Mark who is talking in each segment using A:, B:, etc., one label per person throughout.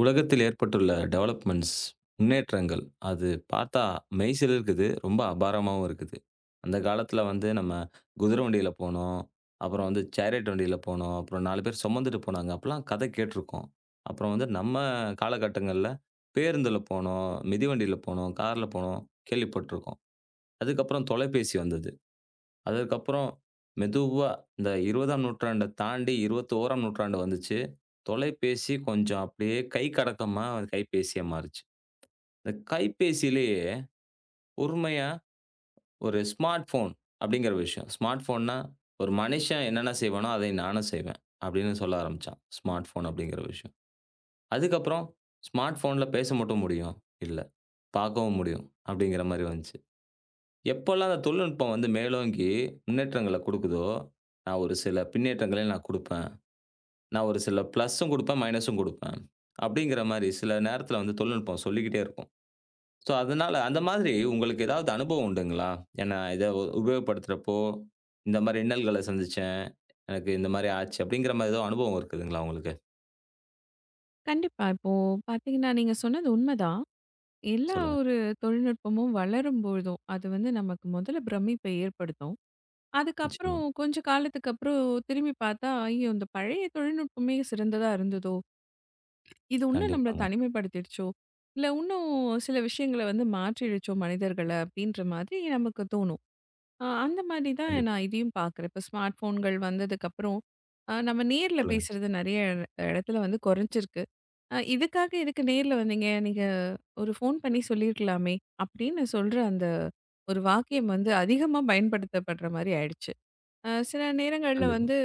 A: உலகத்தில் ஏற்பட்டுள்ள டெவலப்மெண்ட்ஸ், முன்னேற்றங்கள், அது பார்த்தா மெய் சிலிர்க்குது. ரொம்ப அபாரமாவும் இருக்குது. அந்த காலத்தில வந்து நம்ம குதிரை வண்டியில போனோம். அப்புறம் வந்து சேரியட் வண்டியில போனோம். அப்புறம் 4 பேர் சுமந்துட்டு போனாங்க. அப்பலாம் கதை கேட்டுருக்கோம். அப்புறம் வந்து நம்ம காலகட்டங்கள்ல பேருந்துல போனோம், மிதிவண்டியில போனோம், கார்ல போனோம் கேள்விப்பட்டுருக்கோம். அதுக்கப்புறம் தொலைபேசி வந்தது. அதற்கப்புறம் மெதுவா இந்த 20ஆம் நூற்றாண்ட தாண்டி 21ஆம் நூற்றாண்டு வந்துச்சு. தொலைபேசி கொஞ்சம் அப்படியே கை கடக்கமா அது கைபேசியா மாறுச்சு. இந்த கைபேசியிலேயே பொறுமையா ஒரு ஸ்மார்ட் ஃபோன் அப்படிங்கிற விஷயம். ஸ்மார்ட் ஃபோன்னா ஒரு மனுஷன் என்னென்ன செய்வானோ, அதை நானும் செய்வேன் அப்படின்னு சொல்ல ஆரம்பிச்சான். ஸ்மார்ட் ஃபோன் அப்படிங்கிற விஷயம். அதுக்கப்புறம் ஸ்மார்ட் ஃபோன்ல பேச மட்டும் முடியும். இல்ல, பார்க்கவும் முடியும் அப்படிங்கிற மாரி வந்துச்சு. எப்போலாம் அந்த தொழில்நுட்பம் வந்து மேலோங்கி முன்னேற்றங்கள குடுக்குதோ, நான் ஒரு சில பின்னேற்றங்களையும் நான் குடுப்பேன். நான் ஒரு சில ப்ளஸும் குடுப்பேன், மைனஸும் குடுப்பேன். அப்படிங்கிற மாரி சில நேரத்தில வந்து தொழில்நுட்பம் சொல்லிக்கிட்டே இருக்கும். ஸோ, அதனால அந்த மாதிரி உங்களுக்கு ஏதாவது அனுபவம் உண்டுங்களா? ஏன்னா இத உபயோகப்படுத்துறப்போ, இந்த மாரி இன்னல்கள சந்திச்சேன். எனக்கு இந்த மாரி ஆச்சு அப்படிங்கிற மாரி ஏதோ அனுபவம் இருக்குதுங்களா உங்களுக்கு?
B: கண்டிப்பா. இப்போ பார்த்தீங்கன்னா, நீங்க சொன்னது உண்மதான். எல்லா
A: சொல்லுங்க.
B: ஒரு தொழில்நுட்பமும் வளரும்பொழுதும், அது வந்து நமக்கு முதல்ல பிரமிப்பை ஏற்படுத்தும். அதுக்கப்புறம்
A: நிச்சயமா.
B: கொஞ்சம் காலத்துக்கு அப்புறம் திரும்பி பார்த்தா, ஐயோ! இந்த பழைய தொழில்நுட்பமே சிறந்ததா இருந்ததோ! இது இன்னும் நம்மள
A: கண்டிப்பாங்க.
B: தனிமைப்படுத்திடுச்சோ! இல்ல இன்னும் சில விஷயங்கள வந்து மாற்றிடுச்சோ மனிதர்கள அப்பிடின்ற மாதிரி நமக்கு தோணும். அந்த மாதிரி தான்
A: கண்டிப்பா.
B: நான் இதையும் பார்க்குறேன். இப்ப ஸ்மார்ட் ஃபோன்கள் வந்ததுக்கப்புறம், நம்ம நேர்ல
A: சொல்லுங்க.
B: பேசுறது நிறைய இடத்துல வந்து குறைஞ்சிருக்கு. இதுக்காக எதுக்கு நேர்ல வந்தீங்க? நீங்க ஒரு ஃபோன் பண்ணி சொல்லியிருக்கலாமே! அப்படின்னு சொல்ற அந்த ஒரு வாக்கியம் வந்து அதிகமா பயன்படுத்தப்படுற மாரி ஆயிடுச்சு. சில நேரங்கள்ல
A: கண்டிப்பா.
B: வந்து,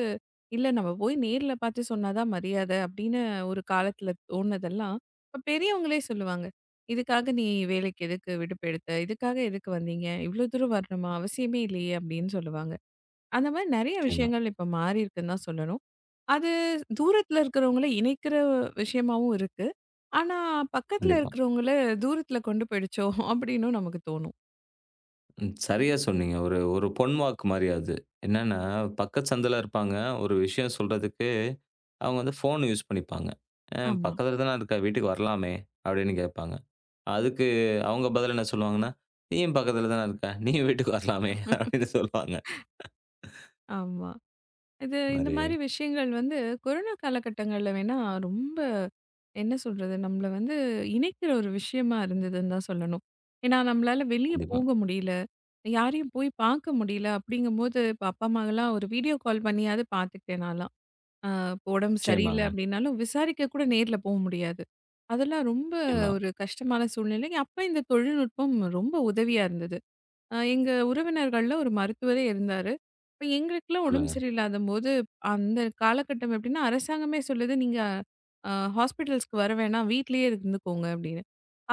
B: இல்ல நம்ம போய் நேர்ல பார்த்து சொன்னா தான் மரியாத அப்படின்னு ஒரு காலத்துல தோணுனதெல்லாம், இப்ப பெரியவங்களே சொல்லுவாங்க. "இதுக்காக நீ வேலைக்கு எதுக்கு விடுப்பு எடுத்த? இதுக்காக எதுக்கு வந்தீங்க? இவ்ளோ தூரம் வரணுமா? அவசியமே இல்லையே!" அப்படின்னு சொல்லுவாங்க. அந்த மாரி நெறைய
A: நிச்சயமா.
B: விஷயங்கள் இப்ப மாறியிருக்குன்னு தான் சொல்லணும். அது தூரத்துல இருக்கிறவங்கள இணைக்கிற விஷயமாவும் இருக்கு. ஆனா, பக்கத்துல
A: கண்டிப்பா.
B: இருக்கிறவங்கள தூரத்துல கொண்டு போயிடுச்சோ! அப்பிடின்னும் நமக்கு தோணும்.
A: ம். சரியா சொன்னீங்க. ஒரு ஒரு பொன் வாக்கு மாரி அது. என்னன்னா, பக்கத்து சந்துல இருப்பாங்க. ஒரு விஷயம் சொல்றதுக்கு அவங்க வந்து ஃபோன் யூஸ் பண்ணிப்பாங்க. "அ
B: ஆமா.
A: பக்கத்துல தான இருக்க, வீட்டுக்கு வரலாமே" அப்படின்னு கேட்பாங்க. அதுக்கு அவங்க பதில் என்ன சொல்லுவாங்கன்னா, "நீயும் பக்கத்துல தான இருக்க, நீயும் வீட்டுக்கு வரலாமே" அப்படின்னு சொல்லுவாங்க.
B: ஆமா. இது
A: இந்த
B: இந்த
A: மாரி
B: மாரி விஷயங்கள் வந்து கொரோனா காலகட்டங்கள்ல வேணா ரொம்ப என்ன சொல்றது? நம்மள வந்து இணைக்கிற ஒரு விஷயமா இருந்ததுன்னு தான் சொல்லணும். ஏன்னா, நம்மளால வெளிய
A: கண்டிப்பா.
B: போக முடியல. யாரையும் போய் பார்க்க முடியல. அப்பிடிங்கம்போது, இப்ப அப்பா, அம்மாலாம் ஒரு வீடியோ கால் பண்ணியாவது பார்த்துக்கிட்டேன் நான்லாம். ஆ இப்ப உடம்பு சரியில்ல
A: நிச்சயமாங்க.
B: அப்டின்னாலும், விசாரிக்க கூட நேர்ல போ முடியாது. அதெல்லாம் ரொம்ப
A: நிச்சயமா.
B: ஒரு கஷ்டமான சூழ்நிலை. அப்ப இந்த தொழில்நுட்பம் ரொம்ப உதவியா இருந்தது. எங்க உறவினர்கள்ல ஒரு மருத்துவரே இருந்தாரு. இப்ப எங்களுக்குலாம் உடம்பு
A: சொல்லுங்க.
B: சரியில்லாதம்போது, அந்த காலகட்டம் எப்படின்னா, அரசாங்கமே சொல்லுது, "நீங்க அ ஹாஸ்பிட்டல்ஸ்க்கு வர வேணாம். வீட்லயே இருந்துக்கோங்க" அப்படின்னு.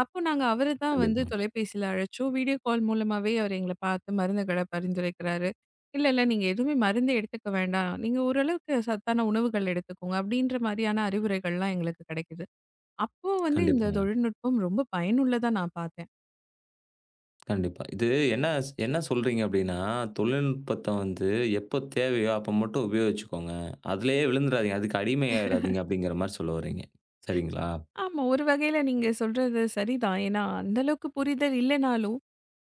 B: அப்போ நாங்க அவர தான் வந்து
A: கண்டிப்பா.
B: தொலைபேசியில அழைச்சோம். வீடியோ கால் மூலமாவே அவர் எங்கள பார்த்து மருந்துகள பரிந்துரைக்கிறாரு. "இல்ல, இல்ல நீங்க எதுவுமே மருந்தே எடுத்துக்க வேண்டாம். நீங்க ஓரளவுக்கு சத்தான உணவுகள் எடுத்துக்கோங்க" அப்படின்ற மாரியான அறிவுரைகள்லாம் எங்களுக்கு கிடைக்குது. அப்போ வந்து இந்த
A: கண்டிப்பாங்க.
B: தொழில்நுட்பம் ரொம்ப பயனுள்ளதா நான் பார்த்தேன்.
A: கண்டிப்பா. இது என்ன என்ன சொல்றீங்க அப்டின்னா, தொழில்நுட்பத்த வந்து எப்ப தேவையோ அப்ப மட்டும் உபயோகிச்சுக்கோங்க. அதிலேயே விழுந்துறாதீங்க. அதுக்கு அடிமையாயிறாதீங்க அப்டிங்கிற மாரி சொல்ல வரீங்க. சரிங்களா?
B: ஆமா. ஒரு வகையில நீங்க சொல்றது சரிதான். ஏன்னா, அந்த அளவுக்கு புரிதல் இல்லனாலும்,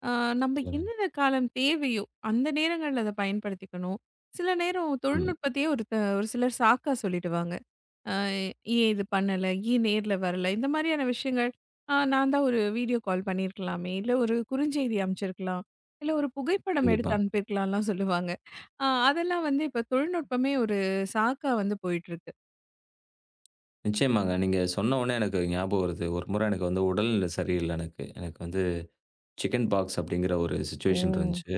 B: அ நம்ம
A: சொல்லுங்க.
B: என்னென்ன காலம் தேவையோ, அந்த நேரங்கள்ல அத பயன்படுத்திக்கணும். சில நேரம்
A: உண்மை.
B: தொழில்நுட்பத்தையே ஒரு சிலர் சாக்கா சொல்லிடுவாங்க. அ ஏன் இது பண்ணல? ஏன் நேர்ல வரல? இந்த மாரியான விஷயங்கள். நான் தான் ஒரு வீடியோ கால் பண்ணியிருக்கலாமே! இல்ல ஒரு குறுஞ்செய்தி அனுப்பிச்சிருக்கலாம். இல்ல ஒரு புகைப்படம் எடுத்து
A: கண்டிப்பா.
B: அனுப்பியிருக்கலாம்லாம் சொல்லுவாங்க. அதெல்லாம் வந்து இப்ப தொழில்நுட்பமே ஒரு சாக்கா வந்து போயிட்டுருக்கு.
A: நிச்சயமாங்க. நீங்க சொன்ன உடனே எனக்கு ஞாபகம் வருது. ஒரு முறை எனக்கு வந்து உடல்நிலை சரியில்ல எனக்கு. எனக்கு வந்து சிக்கன் பாக்ஸ் அப்டிங்கிற ஒரு
B: ஓ!
A: சிச்சுவேஷன் இருந்துச்சு.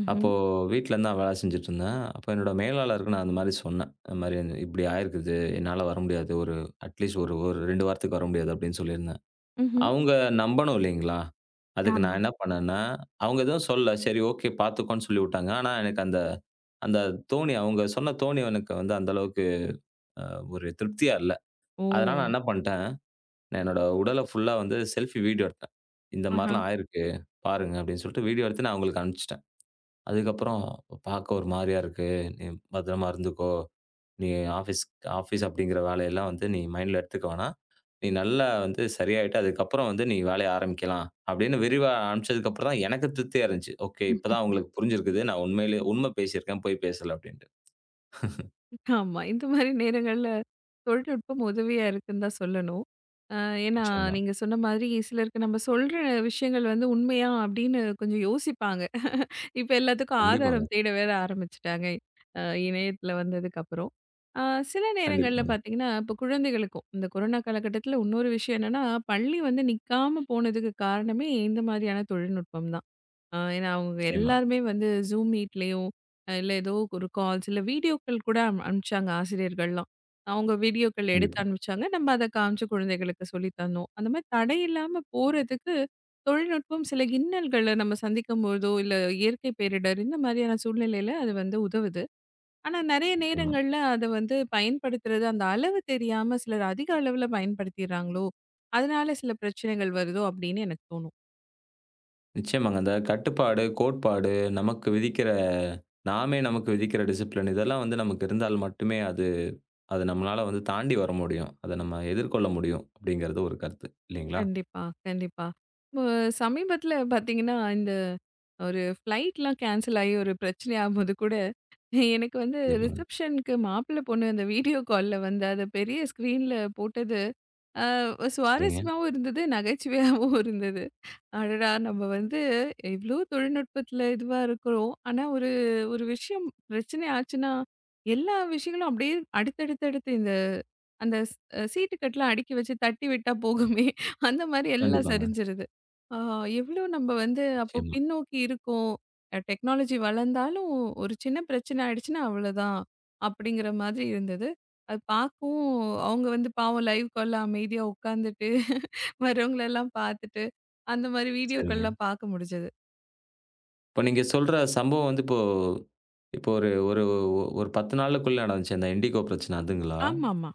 B: ம்ஹ்ம்.
A: அப்போ வீட்ல இருந்து நான் வேலை செஞ்சுட்டு இருந்தேன். அப்போ என்னோட மேலாளருக்கு நான் அந்த மாரி சொன்னேன். இந்த மாரி இப்டி ஆயிருக்குது. என்னால வர முடியாது. ஒரு அட்லீஸ்ட் ஒரு ஒரு 2 வாரத்துக்கு வர முடியாது அப்டின்னு சொல்லியிருந்தேன்.
B: ம்ஹ்ம்.
A: அவங்க நம்பணும் இல்லைங்களா? அதுக்கு நான்
B: ஆமா.
A: என்ன பண்ணேன்னா, அவங்க எதுவும் சொல்லல. சரி ஓகே பார்த்துக்கோன்னு சொல்லிவுட்டாங்க. ஆனா, எனக்கு அந்த அந்த தோணி அவங்க சொன்ன தோணி எனக்கு வந்து அந்த அளவுக்கு அ ஒரு திருப்தியா இல்ல.
B: ஓ!
A: அதனால நான் என்ன பண்ட்டேன், நான் என்னோட உடல ஃபுல்லா வந்து செல்ஃபி வீடியோ எடுத்தேன். இந்த
B: ஆஹா.
A: மாரிலாம் ஆயிருக்கு பாருங்க அப்படின்னு சொல்லிட்டு வீடியோ எடுத்து நான் அவங்களுக்கு அனுப்பிச்சுட்டேன். அதுக்கப்புறம் பார்க்க ஒரு மாரியா இருக்கு. நீ பத்திரமா இருந்துக்கோ. நீ ஆஃபீஸ் ஆஃபீஸ் அப்படிங்கிற வேலையெல்லாம் வந்து நீ மைண்ட்ல எடுத்துக்க வேணாம். நீ நல்லா வந்து சரியாயிட்டு, அதுக்கப்புறம் வந்து நீ வேலைய ஆரம்பிக்கலாம்." அப்படின்னு விரிவா ஆரம்பிச்சதுக்கப்புறம் தான் எனக்கு திருப்தியா இருந்துச்சு. ஓகே, இப்பதான் அவங்களுக்கு புரிஞ்சிருக்குது. நான் உண்மையிலே உண்மை பேசியிருக்கேன், பொய் பேசல அப்படின்ட்டு.
B: ஆமா. இந்த மாரி நேரங்கள்ல தொழில்நுட்பம் உதவியா இருக்குன்னு தான் சொல்லணும். அ ஏன்னா,
A: நிச்சயமா.
B: நீங்க சொன்ன மாதிரி சிலருக்கு நம்ம சொல்ற விஷயங்கள் வந்து உண்மையா அப்படின்னு கொஞ்சம் யோசிப்பாங்க. இப்ப எல்லாத்துக்கும்
A: கண்டிப்பாங்க.
B: ஆதாரம் தேட வேற ஆரம்பிச்சுட்டாங்க. அ இணையத்துல வந்ததுக்கப்புறம். அ சில நேரங்கள்ல
A: கண்டிப்பாங்க.
B: பார்த்தீங்கன்னா, இப்ப குழந்தைகளுக்கும் இந்த கொரோனா காலகட்டத்துல இன்னொரு விஷயம் என்னன்னா, பள்ளி வந்து நிக்காம போனதுக்கு காரணமே இந்த மாதிரியான தொழில்நுட்பம் தான். ஏன்னா, அவங்க
A: நிச்சயமா.
B: எல்லாருமே வந்து Zoom மீட்லயும், இல்ல ஏதோ ஒரு கால்ஸ் இல்ல வீடியோக்கள் கூட அனுப்பிச்சாங்க ஆசிரியர்கள்லாம். அவங்க வீடியோக்கள் எடுத்து
A: கண்டிப்பா.
B: அனுப்பிச்சாங்க. நம்ம அத காமிச்சு குழந்தைகளுக்கு சொல்லி தந்தோம். அந்த மாரி தடை இல்லாம போறதுக்கு தொழில்நுட்பம் சில இன்னல்கள நம்ம சந்திக்கும்போதோ, இல்ல இயற்கை பேரிடர் இந்த மாரியான சூழ்நிலையில அது வந்து உதவுது. ஆனா நெறைய
A: நிச்சயமா.
B: நேரங்கள்ல அத வந்து பயன்படுத்துறது அந்த அளவு தெரியாம சிலர் அதிக அளவுல பயன்படுத்திர்றாங்களோ! அதனால சில பிரச்சனைகள் வருதோ! அப்படின்னு எனக்கு தோணும்.
A: நிச்சயமாங்க. அந்த கட்டுப்பாடு, கோட்பாடு, நமக்கு விதிக்கிற நாமே நமக்கு விதிக்கிற டிசிப்ளின் இதெல்லாம் வந்து நமக்கு இருந்தால் மட்டுமே அது அது நம்மளால வந்து தாண்டி வர முடியும். அத நம்ம எதிர்கொள்ள முடியும் அப்படிங்கிறது ஒரு கருத்து. இல்லைங்களா?
B: கண்டிப்பா, கண்டிப்பா. இப்போ சமீபத்தில பார்த்தீங்கன்னா, இந்த ஒரு ஃப்ளைட்லாம் கேன்சல் ஆகி ஒரு பிரச்சனை ஆகும்போது கூட, எனக்கு வந்து
A: கண்டிப்பாங்க.
B: ரிசப்ஷனுக்கு மாப்பிள்ளை பொண்ணு அந்த வீடியோ கால்ல வந்து அத பெரிய ஸ்க்ரீன்ல போட்டது அ
A: சரிங்க.
B: சுவாரஸ்யமாவும் இருந்தது, நகைச்சுவையாவும் இருந்தது. அடடா! நம்ம வந்து இவ்ளோ தொழில்நுட்பத்துல இதுவா இருக்கிறோம். ஆனா ஒரு ஒரு விஷயம் பிரச்சனை ஆச்சுன்னா, எல்லா விஷயங்களும் அப்படியே அடுத்தடுத்து இந்த அந்த ஸ் சீட்டு கட்டலாம் அடுக்கி வச்சு தட்டி விட்டா போகுமே, அந்த மாரி எல்லாம்
A: கண்டிப்பாங்க.
B: சரிஞ்சிருது. ஆ எவ்ளோ நம்ம வந்து அப்போ
A: நிச்சயமா.
B: பின்னோக்கி இருக்கோம். டெக்னாலஜி வளர்ந்தாலும் ஒரு சின்ன பிரச்சனை ஆயிடுச்சுன்னா அவ்வளோதான், அப்படிங்கிற மாதிரி இருந்தது. அது பார்க்கவும் அவங்க வந்து பாவம் லைவ் கால்ல அமைதியா உட்காந்துட்டு வரவங்களெல்லாம் பார்த்துட்டு, அந்த மாரி
A: சரிங்க.
B: வீடியோக்கள்லாம் பார்க்க முடிஞ்சது.
A: இப்ப நீங்க சொல்ற சம்பவம் வந்து இப்போ இப்போ ஒரு ஒரு ஒரு 10 நாளுக்குள்ள நடந்துச்சு. அந்த இண்டிகோ பிரச்சனை அதுங்களா?
B: ஆமாமா.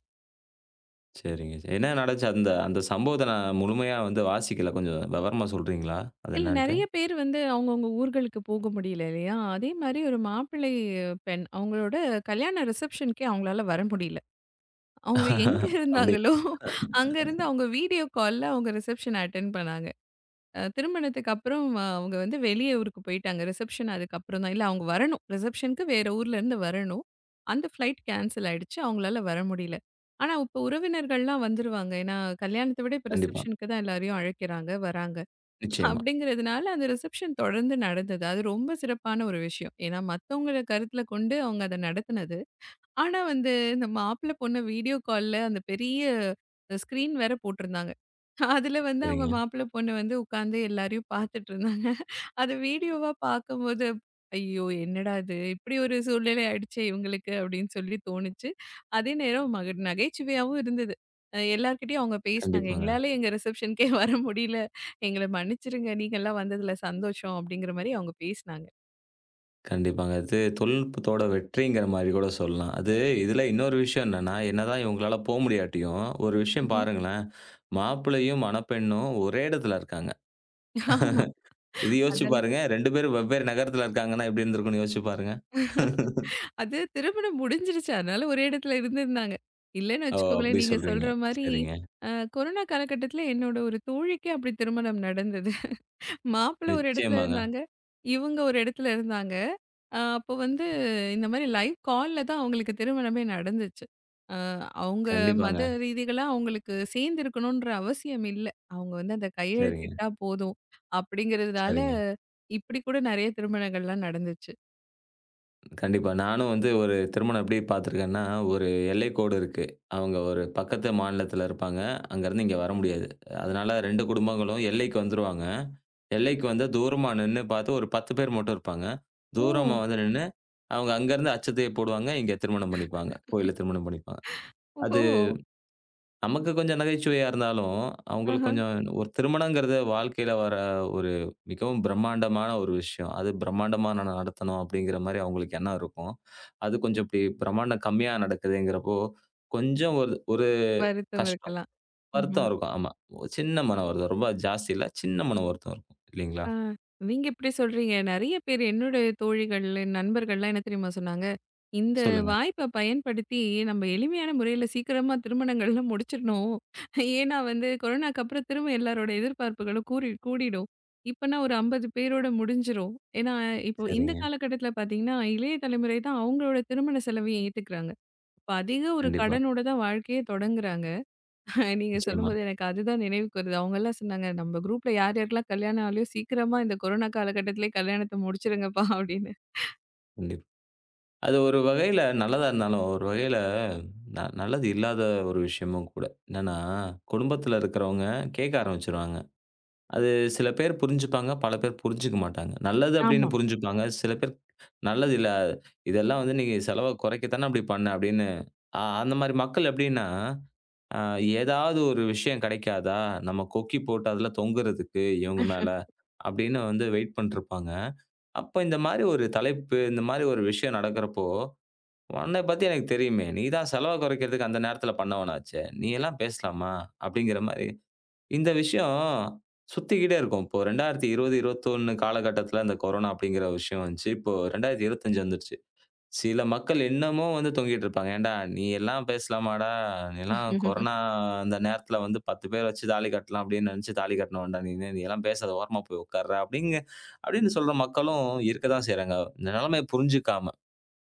A: சரிங்க. சரி. என்ன நடந்துச்சு? அந்த அந்த சம்பவத்த நான் முழுமையா வந்து வாசிக்கல. கொஞ்சம் விவரமா சொல்றீங்களா? அது
B: இல்ல
A: என்னான்ட்டு?
B: நெறைய பேர் வந்து அவங்கவங்க ஊர்களுக்கு போக முடியல இல்லையா? அதே மாரி ஒரு மாப்பிள்ளை பெண் அவங்களோட கல்யாண ரிசப்ஷனுக்கே அவங்களால வர முடியல. அவங்க எங்க இருந்தாங்களோ,
A: அப்படிங்களா?
B: அங்க இருந்து அவங்க வீடியோ கால்ல அவங்க ரிசப்ஷன் அட்டெண்ட் பண்ணாங்க. திருமணத்துக்கு அப்புறம் அவங்க வந்து வெளிய ஊருக்கு போயிட்டாங்க. ரிசப்ஷன் அதுக்கப்புறம் தான். இல்ல அவங்க வரணும். ரிசப்ஷனுக்கு வேற ஊர்லருந்து வரணும். அந்த ஃப்ளைட் கேன்சல் ஆயிடுச்சு. அவங்களால வர முடியல. ஆனா, இப்ப உறவினர்கள்லாம் வந்துருவாங்க. ஏன்னா, கல்யாணத்த விட இப்ப
A: கண்டிப்பா.
B: ரிசப்ஷனுக்கு தான் எல்லாரையும் அழைக்கிறாங்க, வராங்க.
A: நிச்சயமா.
B: அப்படிங்கிறதுனால அந்த ரிசப்ஷன் தொடர்ந்து நடந்தது. அது ரொம்ப சிறப்பான ஒரு விஷயம். ஏன்னா, மத்தவங்கள கருத்துல கொண்டு அவங்க அத நடத்துனது. ஆனா வந்து இந்த மாப்பிள பொண்ணு வீடியோ கால்ல அந்த பெரிய ஸ்க்ரீன் வேற போட்டிருந்தாங்க. அதுல வந்து அவங்க
A: சரிங்க.
B: மாப்பிள்ளை பொண்ணு வந்து உட்காந்து எல்லாரையும் பார்த்துட்டு இருந்தாங்க. அத வீடியோவா பார்க்கும்போது, "ஐயோ! என்னடா இது! இப்படி ஒரு சூழ்நிலை ஆயிடுச்சே இவங்களுக்கு" அப்படின்னு சொல்லி தோணுச்சு. அதே நேரம் நகைச்சுவையாவும் இருந்தது. எல்லார்கிட்டயும் அவங்க பேசினாங்க.
A: கண்டிப்பாங்க.
B: "எங்களால எங்க ரிசப்ஷனுக்கே வர முடியல. எங்கள மன்னிச்சுருங்க. நீங்கலாம் வந்ததுல சந்தோஷம்" அப்படிங்கிற மாரி அவங்க பேசினாங்க.
A: கண்டிப்பாங்க. அது தொழில்நுட்பத்தோட வெற்றிங்கிற மாரி கூட சொல்லலாம். அது இதில இன்னொரு விஷயம் என்னன்னா, என்னதான் இவங்களால போ முடியாட்டியும், ஒரு விஷயம்
B: ம்ஹ்ம்.
A: பாருங்களேன். மாப்பிள்ளையும், மணப்பெண்ணும் ஒரே இடத்துல இருக்காங்க.
B: ஆமா.
A: இது யோசிச்சு
B: அதெல்லாம்
A: பாருங்க. 2 பேரும் வெவ்வேறு நகரத்துல இருக்காங்கன்னா, எப்படி இருந்திருக்கும்னு யோசிச்சு பாருங்க.
B: அது திருமணம் முடிஞ்சிருச்சு. அதனால ஒரே இடத்துல இருந்திருந்தாங்க. இல்லன்னு
A: ஓ!
B: வச்சுக்கோங்களேன்,
A: அப்படி
B: நீங்க
A: சொல்றீங்க.
B: சொல்ற மாரி
A: சரிங்க.
B: கொரோனா காலகட்டத்தில என்னோட ஒரு தோழிக்கே அப்படி திருமணம் நடந்தது. மாப்பிள்ளை ஒரு இடத்துல
A: நிச்சயமாங்க.
B: இருந்தாங்க. இவங்க ஒரு இடத்துல இருந்தாங்க. அப்போ வந்து இந்த மாரி லைவ் கால்ல தான் அவங்களுக்கு திருமணமே நடந்துச்சு. அ அவங்க மத
A: கண்டிப்பாங்க.
B: ரீதிகளா அவங்களுக்கு சேர்ந்திருக்கணுன்ற அவசியம் இல்ல. அவங்க வந்து அந்த
A: சரிங்க,
B: கையெழுத்திட்டா போதும் அப்படிங்கிறதுனால,
A: சரிங்க.
B: இப்படி கூட நெறைய திருமணங்கள்லாம் நடந்துச்சு.
A: கண்டிப்பா. நானும் வந்து ஒரு திருமணம் எப்படி பார்த்துருக்கேன்னா, ஒரு எல்லைக்கோடு இருக்கு. அவங்க ஒரு பக்கத்து மாநிலத்தில இருப்பாங்க. அங்கருந்து இங்க வர முடியாது. அதனால 2 குடும்பங்களும் எல்லைக்கு வந்துருவாங்க. எல்லைக்கு வந்து தூரமா நின்னு பார்த்து ஒரு 10 பேர் மட்டும் இருப்பாங்க. தூரமா
B: ஓ!
A: வந்து நின்னு, அவங்க அங்கருந்து அச்சத்தைய போடுவாங்க. இங்க திருமணம் பண்ணிப்பாங்க. கோயில்ல திருமணம் பண்ணிப்பாங்க. அது
B: ஓஹோ!
A: நமக்கு கொஞ்சம் நகைச்சுவையா இருந்தாலும்,
B: ஆஹ.
A: அவங்களுக்கு கொஞ்சம் ஒரு திருமணங்கிறது வாழ்க்கையில வர ஒரு மிகவும் பிரம்மாண்டமான ஒரு விஷயம். அது பிரம்மாண்டமா நான் நடத்தணும் அப்படிங்கிற மாரி அவங்களுக்கு எண்ணம் இருக்கும். அது கொஞ்சம் இப்படி பிரம்மாண்டம் கம்மியா நடக்குதுங்கிறப்போ, கொஞ்சம் ஒரு ஒரு
B: வருத்தம்
A: கஷ்டம்,
B: இருக்கலாம். ஆஹா.
A: வருத்தம் இருக்கும். ஆமா. ஒரு சின்ன மன வருத்தம். ரொம்ப ஜாஸ்தி இல்ல. சின்ன மன வருத்தம் இருக்கும். இல்லீங்களா?
B: ஆ நீங்க இப்படி சொல்றீங்க. நெறைய பேர் என்னுடைய தோழிகள், நண்பர்கள்லாம் என்ன தெரியுமா சொன்னாங்க? இந்த
A: சொல்லுங்க.
B: வாய்ப்ப பயன்படுத்தி நம்ம எளிமையான முறையில சீக்கிரமா திருமணங்கள்லாம் முடிச்சிடணும். ஏன்னா வந்து கொரோனாக்கு அப்புறம் திரும்ப எல்லாரோட எதிர்பார்ப்புகளும் கூறி கூடிடும். இப்பனா ஒரு 50 பேரோட முடிஞ்சிரும். ஏன்னா இப்போ இந்த
A: சரிங்க.
B: காலகட்டத்தில பார்த்தீங்கன்னா, இளைய தலைமுறை தான் அவங்களோட திருமண செலவையும் ஏத்துக்கிறாங்க. இப்ப அதிக ஒரு
A: கண்டிப்பா.
B: கடனோட தான் வாழ்க்கையே தொடங்குறாங்க. நீங்க
A: நிச்சயமா.
B: சொல்லும்போது எனக்கு அதுதான் நினைவுக்கு வருது. அவங்கலாம் சொன்னாங்க, "நம்ம குரூப்ல யார் யாருக்கெல்லாம் கல்யாணம் ஆகலையோ சீக்கிரமா இந்த கொரோனா காலகட்டத்திலே கல்யாணத்த முடிச்சிடுங்கப்பா" அப்படின்னு.
A: கண்டிப்பா. அது ஒரு வகையில நல்லதா இருந்தாலும், ஒரு வகையில நல்லது இல்லாத ஒரு விஷயமும் கூட. என்னன்னா, குடும்பத்தில இருக்கிறவங்க கேட்க ஆரம்பிச்சுருவாங்க. அது சில பேர் புரிஞ்சுப்பாங்க, பல பேர் புரிஞ்சுக்க மாட்டாங்க. நல்லது அப்படின்னு
B: ஆமா.
A: புரிஞ்சுப்பாங்க. சில பேர் நல்லது இல்ல, இதெல்லாம் வந்து நீ செலவ குறைக்க தானே அப்படி பண்ண அப்படின்னு, அந்த மாரி மக்கள் எப்படின்னா, அ ஏதாவது ஒரு விஷயம் கிடைக்காதா? நம்ம கொக்கி போட்டு அதில தொங்குறதுக்கு இவங்க மேல, அப்படின்னு வந்து வெயிட் பண்ணிட்டுருப்பாங்க. அப்ப இந்த மாரி ஒரு தலைப்பு, இந்த மாரி ஒரு விஷயம் நடக்கிறப்போ, உன்னை பத்தி எனக்கு தெரியுமே! நீ தான் செலவ குறைக்கிறதுக்கு அந்த நேரத்தில பண்ணவனாச்சே! நீ எல்லாம் பேசலாமா? அப்படிங்கிற மாரி, இந்த விஷயம் சுத்திக்கிட்டே இருக்கும். இப்போ 2020, 21 காலகட்டத்தில இந்த கொரோனா அப்படிங்கிற விஷயம் வந்துச்சு. இப்போ 2025 வந்துருச்சு. சில மக்கள் இன்னமும் வந்து தொங்கிட்டு இருப்பாங்க. "ஏன்டா நீ எல்லாம் பேசலாமாடா? நீலாம் கொரோனா அந்த நேரத்தில வந்து 10 பேர் வச்சு தாலி கட்டலாம் அப்படின்னு நினைச்சு தாலி கட்டினவன்டா நீனு. நீ எல்லாம் பேசாத ஓரமா போய் உட்கார்றா" அப்படிங்க அப்படின்னு சொல்ற மக்களும் இருக்க தான் செய்றாங்க. இந்த நிலைமைய புரிஞ்சுக்காம.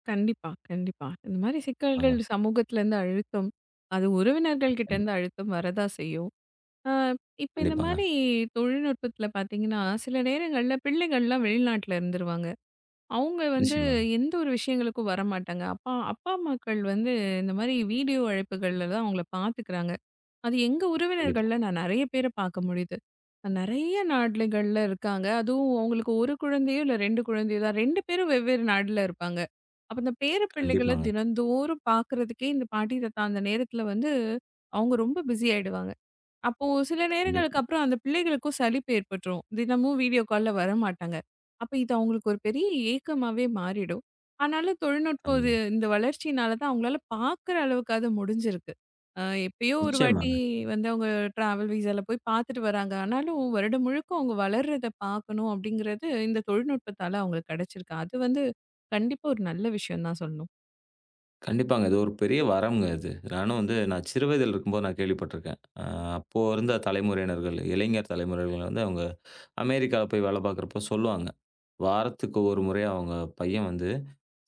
B: கண்டிப்பா, கண்டிப்பா. இந்த மாரி
A: ஆங்க.
B: சிக்கல்கள் சமூகத்திலேருந்து அழுத்தம், அது உறவினர்கள்
A: நிச்சயமா.
B: கிட்டேருந்து அழுத்தம் வரதா செய்யும். அ இப்ப இந்த
A: கண்டிப்பாங்க.
B: மாரி தொழில்நுட்பத்தில பார்த்தீங்கன்னா, சில நேரங்கள்ல பிள்ளைகள்லாம் வெளிநாட்ல இருந்துருவாங்க. அவங்க வந்து
A: நிச்சயமாங்க.
B: எந்த ஒரு விஷயங்களுக்கும் வரமாட்டாங்க. அப்பா அப்பா அம்மாக்கள் வந்து இந்த மாரி வீடியோ அழைப்புகள்ல தான் அவங்கள பார்த்துக்கிறாங்க. அது எங்க
A: கண்டிப்பா,
B: உறவினர்கள்ல நான் நெறைய பேர பாக்க முடியுது. நெறைய நாடுகள்ல இருக்காங்க. அதுவும் அவங்களுக்கு 1 குழந்தையோ, இல்ல 2 குழந்தையோ தான் 2 பேரும் வெவ்வேறு நாடுல இருப்பாங்க. அப்ப இந்த பேர பிள்ளைகள
A: கண்டிப்பாங்க,
B: தினந்தோறும் பாக்குறதுக்கே இந்த பாட்டி, தாத்தா அந்த நேரத்துல வந்து அவங்க ரொம்ப பிஸி ஆயிடுவாங்க. அப்போ சில நேரங்களுக்கு
A: கண்டிப்பா.
B: அப்புறம் அந்த பிள்ளைகளுக்கும் சலிப்பு ஏற்பட்டுரும். தினமும் வீடியோ கால்ல வரமாட்டாங்க. அப்ப இது அவங்களுக்கு ஒரு பெரிய ஏக்கமாவே மாறிடும். ஆனாலும் தொழில்நுட்பம் இது
A: ஆமாங்க.
B: இந்த வளர்ச்சியினால தான் அவங்களால பார்க்குற அளவுக்காவது முடிஞ்சிருக்கு. அ எப்பயோ ஒரு வாட்டி
A: நிச்சயமாங்க.
B: வந்து அவங்க ட்ராவல் விசால போய் பார்த்துட்டு வராங்க. ஆனாலும் வருடம் முழுக்க அவங்க வளர்றத பார்க்கணும் அப்படிங்கிறது இந்த தொழில்நுட்பத்தால அவங்களுக்கு கிடைச்சிருக்கு. அது வந்து கண்டிப்பா ஒரு நல்ல விஷயம் தான் சொல்லணும்.
A: கண்டிப்பாங்க. இது ஒரு பெரிய வரம்ங்க இது. நானும் வந்து நான் சிறு வயதில் இருக்கும்போது நான் கேள்விப்பட்டிருக்கேன். அப்போ இருந்த தலைமுறையினர்கள், இளைஞர் தலைமுறையினர்கள் வந்து அவங்க அமெரிக்கால போய் வேலை பார்க்கிறப்போ சொல்லுவாங்க. வாரத்துக்கு ஒரு முறை அவங்க பையன் வந்து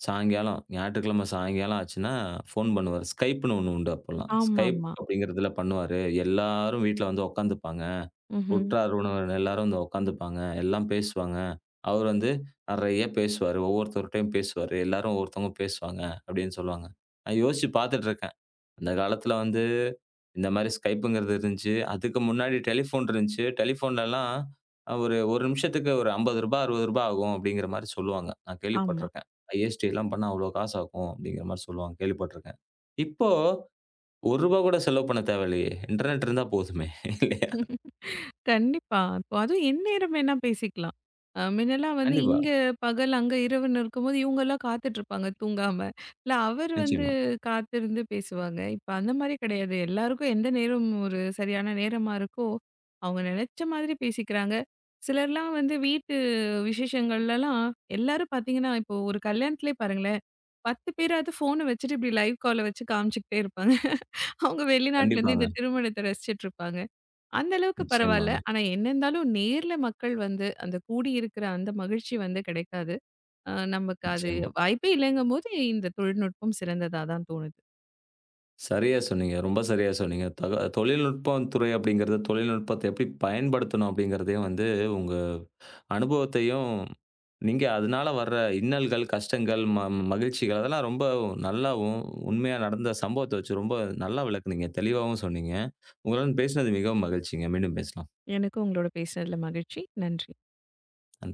A: சாயங்காலம், ஞாயிற்றுக்கிழமை சாயங்காலம் ஆச்சுன்னா, ஃபோன் பண்ணுவாரு. Skypeன்னு ஒண்ணு உண்டு அப்பல்லாம். Skype
B: ஆமாமா.
A: அப்படிங்கிறதுல பண்ணுவாரு. எல்லாரும் வீட்ல வந்து உட்காந்துப்பாங்க.
B: ம்ஹ்ம்.
A: உற்றார், உறவினர் எல்லாரும் வந்து உட்காந்துப்பாங்க. எல்லாம் பேசுவாங்க. அவர் வந்து நெறைய பேசுவாரு. ஒவ்வொருத்தர்ட்டயும் பேசுவாரு. எல்லாரும் ஒவ்வொருத்தவங்க பேசுவாங்க, அப்படின்னு சொல்லுவாங்க. நான் யோசிச்சு பார்த்துட்டு இருக்கேன். அந்த காலத்துல வந்து இந்த மாரி Skypeங்கிறது இருந்துச்சு. அதுக்கு முன்னாடி டெலிஃபோன் இருந்துச்சு. டெலிஃபோன்லலாம் ஒரு 1 நிமிஷத்துக்கு ஒரு ரூ. 50 ரூ. 60 ஆகும் அப்படிங்கிற மாரி சொல்லுவாங்க. நான்
B: ஆமா.
A: கேள்விப்பட்டுருக்கேன். ஐஎஸ்டி எல்லாம் பண்ணா அவ்வளோ காசு ஆகும் அப்படிங்கிற மாரி சொல்லுவாங்க. கேள்விப்பட்டுருக்கேன். இப்போ ரூ. 1 கூட செலவு பண்ண தேவையில்லையே. இன்டர்நெட் இருந்தா போதுமே இல்லையா?
B: கண்டிப்பா. இப்போ அதுவும் எந்நேரம் வேணா பேசிக்கலாம். முன்னலாம் வந்து
A: கண்டிப்பா.
B: இங்க பகல், அங்க இரவுன்னு இருக்கும்போது இவங்கலாம் காத்துட்ருப்பாங்க தூங்காம. இல்ல அவர் வந்து
A: நிச்சயமா.
B: காத்திருந்து பேசுவாங்க. இப்ப அந்த மாரி கிடையாது. எல்லாருக்கும் எந்த நேரம் ஒரு சரியான நேரமா இருக்கோ, அவங்க நினைச்ச மாதிரி பேசிக்கிறாங்க. சிலர்லாம் வந்து வீட்டு விசேஷங்கள்லலாம் எல்லாரும் பார்த்தீங்கன்னா, இப்போ ஒரு கல்யாணத்திலே பாருங்களேன், 10 பேராவது ஃபோன வச்சுட்டு இப்படி லைவ் கால வச்சு காமிச்சுக்கிட்டே இருப்பாங்க. அவங்க வெளிநாட்டுலேருந்து
A: கண்டிப்பாங்க.
B: இந்த திருமணத்த ரசிச்சுட்ருப்பாங்க. அந்த அளவுக்கு பரவால்ல.
A: நிச்சயமாங்க.
B: ஆனா, என்ன இருந்தாலும் நேர்ல மக்கள் வந்து, அந்த கூடி இருக்கிற அந்த மகிழ்ச்சி வந்து கிடைக்காது. நமக்கு அது
A: நிச்சயமா.
B: வாய்ப்பே இல்லங்கும்போது, இந்த தொழில்நுட்பம் சிறந்ததா தான் தோணுது.
A: சரியா சொன்னீங்க. ரொம்ப சரியா சொன்னீங்க. தொழில்நுட்பம் துறை அப்படிங்கிறது தொழில்நுட்பத்த எப்படி பயன்படுத்தணும் அப்படிங்கிறதையும் வந்து உங்க அனுபவத்தையும், நீங்க அதனால வர்ற இன்னல்கள், கஷ்டங்கள், மகிழ்ச்சிகள் அதெல்லாம் ரொம்ப நல்லாவும், உண்மையா நடந்த சம்பவத்த வச்சு ரொம்ப நல்லா விளக்குனீங்க. தெளிவாவும் சொன்னீங்க. உங்களுடன் பேசினது மிகவும் மகிழ்ச்சிங்க. மீண்டும் பேசலாம்.
B: எனக்கும் உங்களோட பேசினதுல மகிழ்ச்சி. நன்றி.
A: நன்றி.